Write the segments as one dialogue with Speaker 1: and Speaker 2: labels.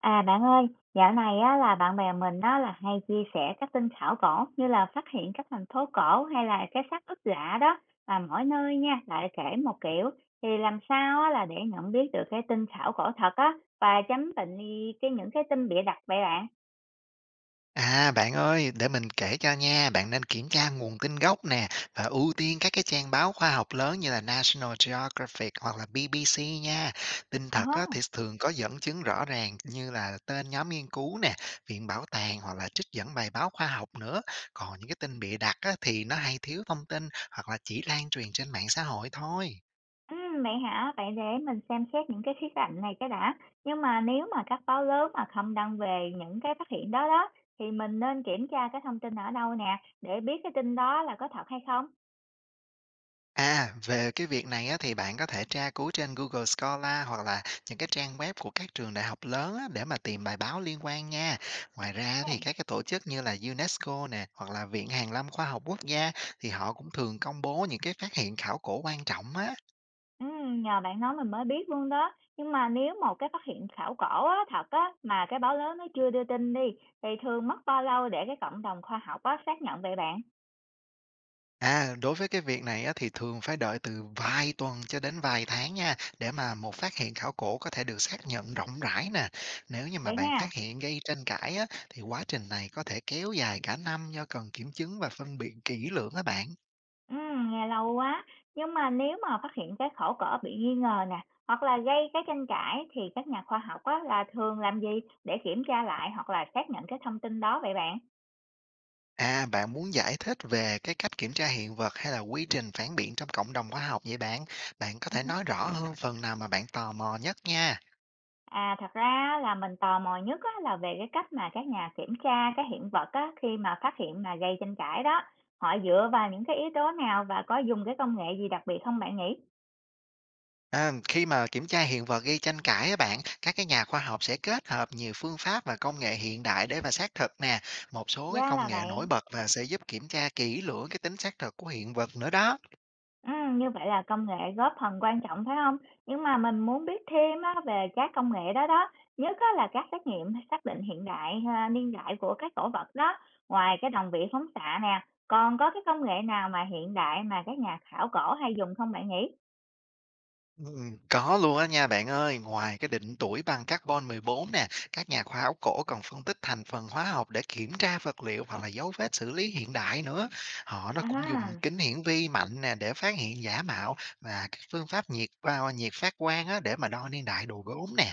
Speaker 1: À bạn ơi, dạo này á, là bạn bè mình á, là hay chia sẻ các tin khảo cổ như là phát hiện các thành phố cổ hay là cái xác ướp lạ đó mà mỗi nơi nha lại kể một kiểu thì làm sao á, là để nhận biết được cái tin khảo cổ thật á và chấm định đi cái những cái tin bịa đặt vậy bạn.
Speaker 2: À, bạn ơi, để mình kể cho nha, bạn nên kiểm tra nguồn tin gốc nè và ưu tiên các cái trang báo khoa học lớn như là National Geographic hoặc là BBC nha. Tin
Speaker 1: Ờ
Speaker 2: thật
Speaker 1: hớ.
Speaker 2: á, thì thường có dẫn chứng rõ ràng như là tên nhóm nghiên cứu nè, viện bảo tàng hoặc là trích dẫn bài báo khoa học nữa. Còn những cái tin bịa đặt á, thì nó hay thiếu thông tin hoặc là chỉ lan truyền trên mạng xã hội thôi.
Speaker 1: Ừ, vậy hả? Vậy để mình xem xét những cái khía cạnh này cái đã. Nhưng mà nếu mà các báo lớn mà không đăng về những cái phát hiện đó đó thì mình nên kiểm tra cái thông tin ở đâu nè để biết cái tin đó là có thật hay không.
Speaker 2: À, về cái việc này á, thì bạn có thể tra cứu trên Google Scholar hoặc là những cái trang web của các trường đại học lớn á, để mà tìm bài báo liên quan nha. Ngoài ra
Speaker 1: Dạ.
Speaker 2: thì các cái tổ chức như là UNESCO nè hoặc là Viện Hàn lâm Khoa học Quốc gia thì họ cũng thường công bố những cái phát hiện khảo cổ quan trọng á.
Speaker 1: Nhờ bạn nói mình mới biết luôn đó. Nhưng mà nếu một cái phát hiện khảo cổ á, thật á, mà cái báo lớn nó chưa đưa tin đi, thì thường mất bao lâu để cái cộng đồng khoa học á, xác nhận vậy bạn?
Speaker 2: À, đối với cái việc này á, thì thường phải đợi từ vài tuần cho đến vài tháng nha, để mà một phát hiện khảo cổ có thể được xác nhận rộng rãi nè. Nếu như mà
Speaker 1: Vậy
Speaker 2: bạn
Speaker 1: ha.
Speaker 2: phát hiện gây tranh cãi á, thì quá trình này có thể kéo dài cả năm do cần kiểm chứng và phân biệt kỹ lưỡng á bạn.
Speaker 1: Nghe lâu quá. Nhưng mà nếu mà phát hiện cái khảo cổ bị nghi ngờ nè, hoặc là gây cái tranh cãi thì các nhà khoa học á, là thường làm gì để kiểm tra lại hoặc là xác nhận cái thông tin đó vậy bạn?
Speaker 2: À, bạn muốn giải thích về cái cách kiểm tra hiện vật hay là quy trình phản biện trong cộng đồng khoa học vậy bạn? Bạn có thể nói rõ hơn phần nào mà bạn tò mò nhất nha.
Speaker 1: À, thật ra là mình tò mò nhất á là về cái cách mà các nhà kiểm tra cái hiện vật á, khi mà phát hiện mà gây tranh cãi đó. Họ dựa vào những cái yếu tố nào và có dùng cái công nghệ gì đặc biệt không bạn nhỉ?
Speaker 2: À, khi mà kiểm tra hiện vật gây tranh cãi á bạn, các cái nhà khoa học sẽ kết hợp nhiều phương pháp và công nghệ hiện đại để mà xác thực nè. Một số cái
Speaker 1: Ra
Speaker 2: công
Speaker 1: là
Speaker 2: nghệ nổi
Speaker 1: vậy.
Speaker 2: bật và sẽ giúp kiểm tra kỹ lưỡng cái tính xác thực của hiện vật nữa đó.
Speaker 1: Như vậy là công nghệ góp phần quan trọng phải không? Nhưng mà mình muốn biết thêm á về các công nghệ đó đó, nhất á là các xét nghiệm xác định hiện đại, ha, niên đại của các cổ vật đó. Ngoài cái đồng vị phóng xạ nè, còn có cái công nghệ nào mà hiện đại mà các nhà khảo cổ hay dùng không bạn nhỉ?
Speaker 2: Ừ, có luôn á nha bạn ơi, ngoài cái định tuổi bằng carbon 14 nè, các nhà khoa học cổ còn phân tích thành phần hóa học để kiểm tra vật liệu hoặc là dấu vết xử lý hiện đại nữa. Họ nó cũng dùng
Speaker 1: À.
Speaker 2: kính hiển vi mạnh nè để phát hiện giả mạo và các phương pháp nhiệt vào nhiệt phát quang á để mà đo niên đại đồ gốm nè.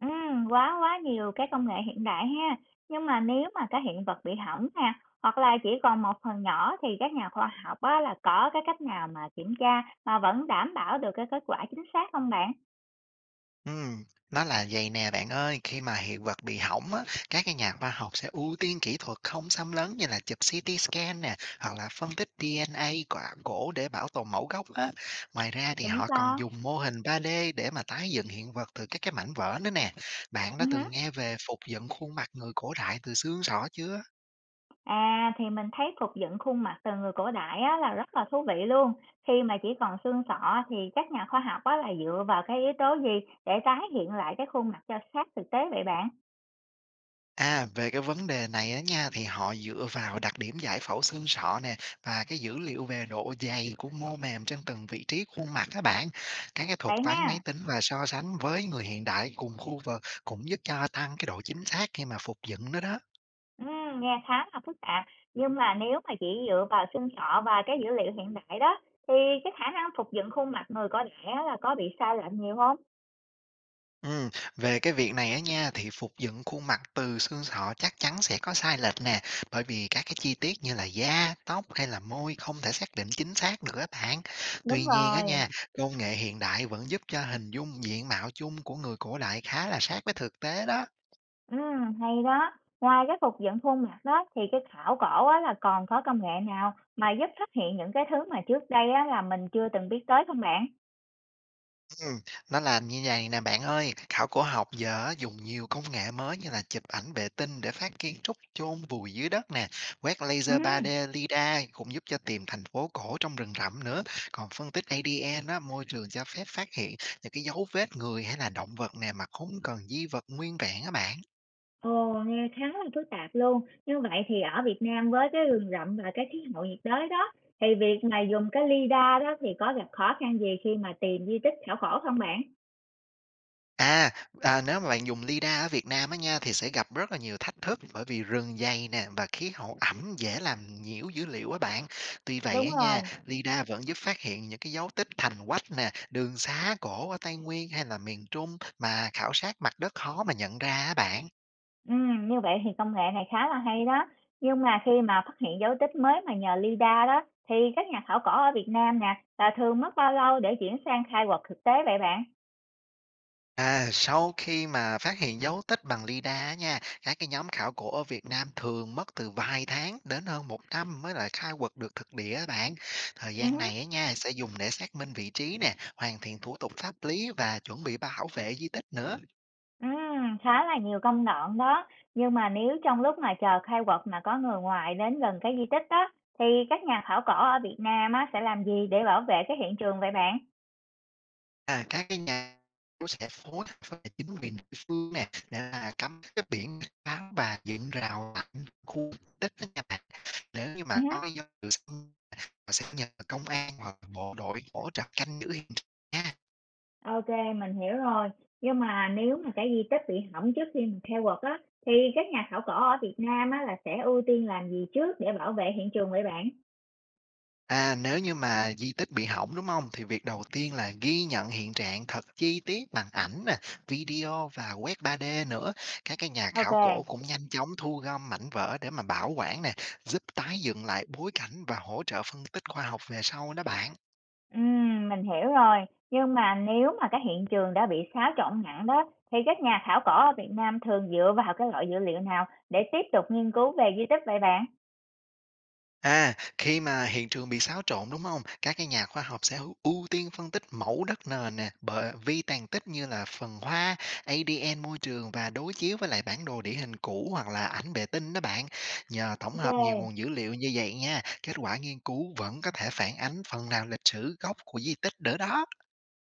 Speaker 1: Quá quá nhiều cái công nghệ hiện đại ha. Nhưng mà nếu mà cái hiện vật bị hỏng nè, hoặc là chỉ còn một phần nhỏ thì các nhà khoa học á, là có cái cách nào mà kiểm tra mà vẫn đảm bảo được cái kết quả chính xác không bạn?
Speaker 2: Ừm, nó là vậy nè bạn ơi, khi mà hiện vật bị hỏng á, các cái nhà khoa học sẽ ưu tiên kỹ thuật không xâm lấn như là chụp CT scan nè, hoặc là phân tích DNA quả gỗ để bảo tồn mẫu gốc á. Ngoài ra thì
Speaker 1: Tự
Speaker 2: họ còn
Speaker 1: do.
Speaker 2: dùng mô hình 3D để mà tái dựng hiện vật từ các cái mảnh vỡ nữa nè. Bạn
Speaker 1: Ừ
Speaker 2: đã
Speaker 1: hứ.
Speaker 2: từng nghe về phục dựng khuôn mặt người cổ đại từ xương sọ chưa?
Speaker 1: À thì mình thấy phục dựng khuôn mặt từ người cổ đại á, là rất là thú vị luôn. Khi mà chỉ còn xương sọ thì các nhà khoa học á, là dựa vào cái yếu tố gì để tái hiện lại cái khuôn mặt cho sát thực tế vậy bạn?
Speaker 2: À, về cái vấn đề này á nha, thì họ dựa vào đặc điểm giải phẫu xương sọ nè và cái dữ liệu về độ dày của mô mềm trên từng vị trí khuôn mặt các bạn. Các cái thuật
Speaker 1: Vậy
Speaker 2: toán máy
Speaker 1: ha.
Speaker 2: tính và so sánh với người hiện đại cùng khu vực cũng giúp cho tăng cái độ chính xác khi mà phục dựng nó đó.
Speaker 1: Nghe khá là phức tạp, nhưng mà nếu mà chỉ dựa vào xương sọ và cái dữ liệu hiện đại đó, thì cái khả năng phục dựng khuôn mặt người có đẻ là có bị sai lệch nhiều không?
Speaker 2: Ừm, về cái việc này á nha, thì phục dựng khuôn mặt từ xương sọ chắc chắn sẽ có sai lệch nè, bởi vì các cái chi tiết như là da, tóc hay là môi không thể xác định chính xác được các bạn.
Speaker 1: Đúng
Speaker 2: Tuy nhiên á
Speaker 1: rồi.
Speaker 2: nha, công nghệ hiện đại vẫn giúp cho hình dung diện mạo chung của người cổ đại khá là sát với thực tế đó.
Speaker 1: Hay đó. Ngoài cái phục dựng khuôn mặt đó thì cái khảo cổ á là còn có công nghệ nào mà giúp phát hiện những cái thứ mà trước đây á là mình chưa từng biết tới không bạn?
Speaker 2: Ừm, nó làm như vậy nè bạn ơi, khảo cổ học giờ á dùng nhiều công nghệ mới như là chụp ảnh vệ tinh để phát kiến trúc chôn vùi dưới đất nè, quét laser
Speaker 1: Ừm.
Speaker 2: 3D lidar cũng giúp cho tìm thành phố cổ trong rừng rậm nữa. Còn phân tích ADN á, môi trường cho phép phát hiện những cái dấu vết người hay là động vật nè mà không cần di vật nguyên vẹn á bạn.
Speaker 1: Ồ, nghe khá là phức tạp luôn. Như vậy thì ở Việt Nam với cái rừng rậm và cái khí hậu nhiệt đới đó, thì việc mà dùng cái lidar đó thì có gặp khó khăn gì khi mà tìm di tích khảo cổ không bạn?
Speaker 2: À, à, nếu mà bạn dùng lidar ở Việt Nam á nha, thì sẽ gặp rất là nhiều thách thức bởi vì rừng dày nè và khí hậu ẩm dễ làm nhiễu dữ liệu á bạn. Tuy vậy
Speaker 1: Đúng
Speaker 2: á
Speaker 1: rồi,
Speaker 2: nha, lidar vẫn giúp phát hiện những cái dấu tích thành quách nè, đường xá cổ ở Tây Nguyên hay là miền Trung mà khảo sát mặt đất khó mà nhận ra á bạn.
Speaker 1: ừ, như vậy thì công nghệ này khá là hay đó. Nhưng mà khi mà phát hiện dấu tích mới mà nhờ lidar đó, thì các nhà khảo cổ ở Việt Nam nè, là thường mất bao lâu để chuyển sang khai quật thực tế vậy bạn?
Speaker 2: À, sau khi mà phát hiện dấu tích bằng lidar á nha, các cái nhóm khảo cổ ở Việt Nam thường mất từ vài tháng đến hơn một năm mới lại khai quật được thực địa á bạn. Thời
Speaker 1: Ừ.
Speaker 2: gian này á nha sẽ dùng để xác minh vị trí nè, hoàn thiện thủ tục pháp lý và chuẩn bị bảo vệ di tích nữa.
Speaker 1: Khá là nhiều công đoạn đó, nhưng mà nếu trong lúc mà chờ khai quật mà có người ngoài đến gần cái di tích đó thì các nhà khảo cổ ở Việt Nam á sẽ làm gì để bảo vệ cái hiện trường vậy bạn?
Speaker 2: À, các cái nhà cũng sẽ phối hợp với chính quyền địa phương nè để là cắm cái biển báo và dựng rào chắn khu di tích đó nha bạn. Nếu như mà
Speaker 1: Hứm.
Speaker 2: có dấu hiệu. Họ sẽ nhờ công an hoặc bộ đội hỗ trợ canh giữ hiện trường nha.
Speaker 1: OK, mình hiểu rồi. Nhưng mà nếu mà cái di tích bị hỏng trước khi mà khai quật á, thì các nhà khảo cổ ở Việt Nam á là sẽ ưu tiên làm gì trước để bảo vệ hiện trường vậy bạn?
Speaker 2: À, nếu như mà di tích bị hỏng, đúng không? Thì việc đầu tiên là ghi nhận hiện trạng thật chi tiết bằng ảnh nè, video và quét 3D nữa. Các cái nhà khảo cổ
Speaker 1: OK.
Speaker 2: cũng nhanh chóng thu gom mảnh vỡ để mà bảo quản nè, giúp tái dựng lại bối cảnh và hỗ trợ phân tích khoa học về sau đó bạn.
Speaker 1: Mình hiểu rồi. Nhưng mà nếu mà cái hiện trường đã bị xáo trộn nặng đó, thì các nhà khảo cổ ở Việt Nam thường dựa vào cái loại dữ liệu nào để tiếp tục nghiên cứu về di tích vậy bạn?
Speaker 2: À, khi mà hiện trường bị xáo trộn, đúng không? Các cái nhà khoa học sẽ ưu ưu tiên phân tích mẫu đất nền nè, bờ vi tàn tích như là phần hoa, ADN môi trường và đối chiếu với lại bản đồ địa hình cũ hoặc là ảnh vệ tinh đó bạn. Nhờ tổng hợp nhiều
Speaker 1: OK,
Speaker 2: nguồn dữ liệu như vậy nha, kết quả nghiên cứu vẫn có thể phản ánh phần nào lịch sử gốc của di tích nữa đó.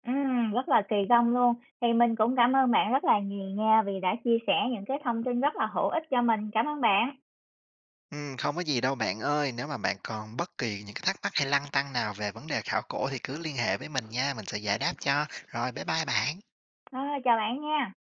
Speaker 1: rất là kỳ công luôn. Thì mình cũng cảm ơn bạn rất là nhiều nha vì đã chia sẻ những cái thông tin rất là hữu ích cho mình. Cảm ơn bạn.
Speaker 2: Không có gì đâu bạn ơi, nếu mà bạn còn bất kỳ những cái thắc mắc hay lăn tăn nào về vấn đề khảo cổ thì cứ liên hệ với mình nha, mình sẽ giải đáp cho. Rồi, bye bye bạn.
Speaker 1: Ờ, chào bạn nha.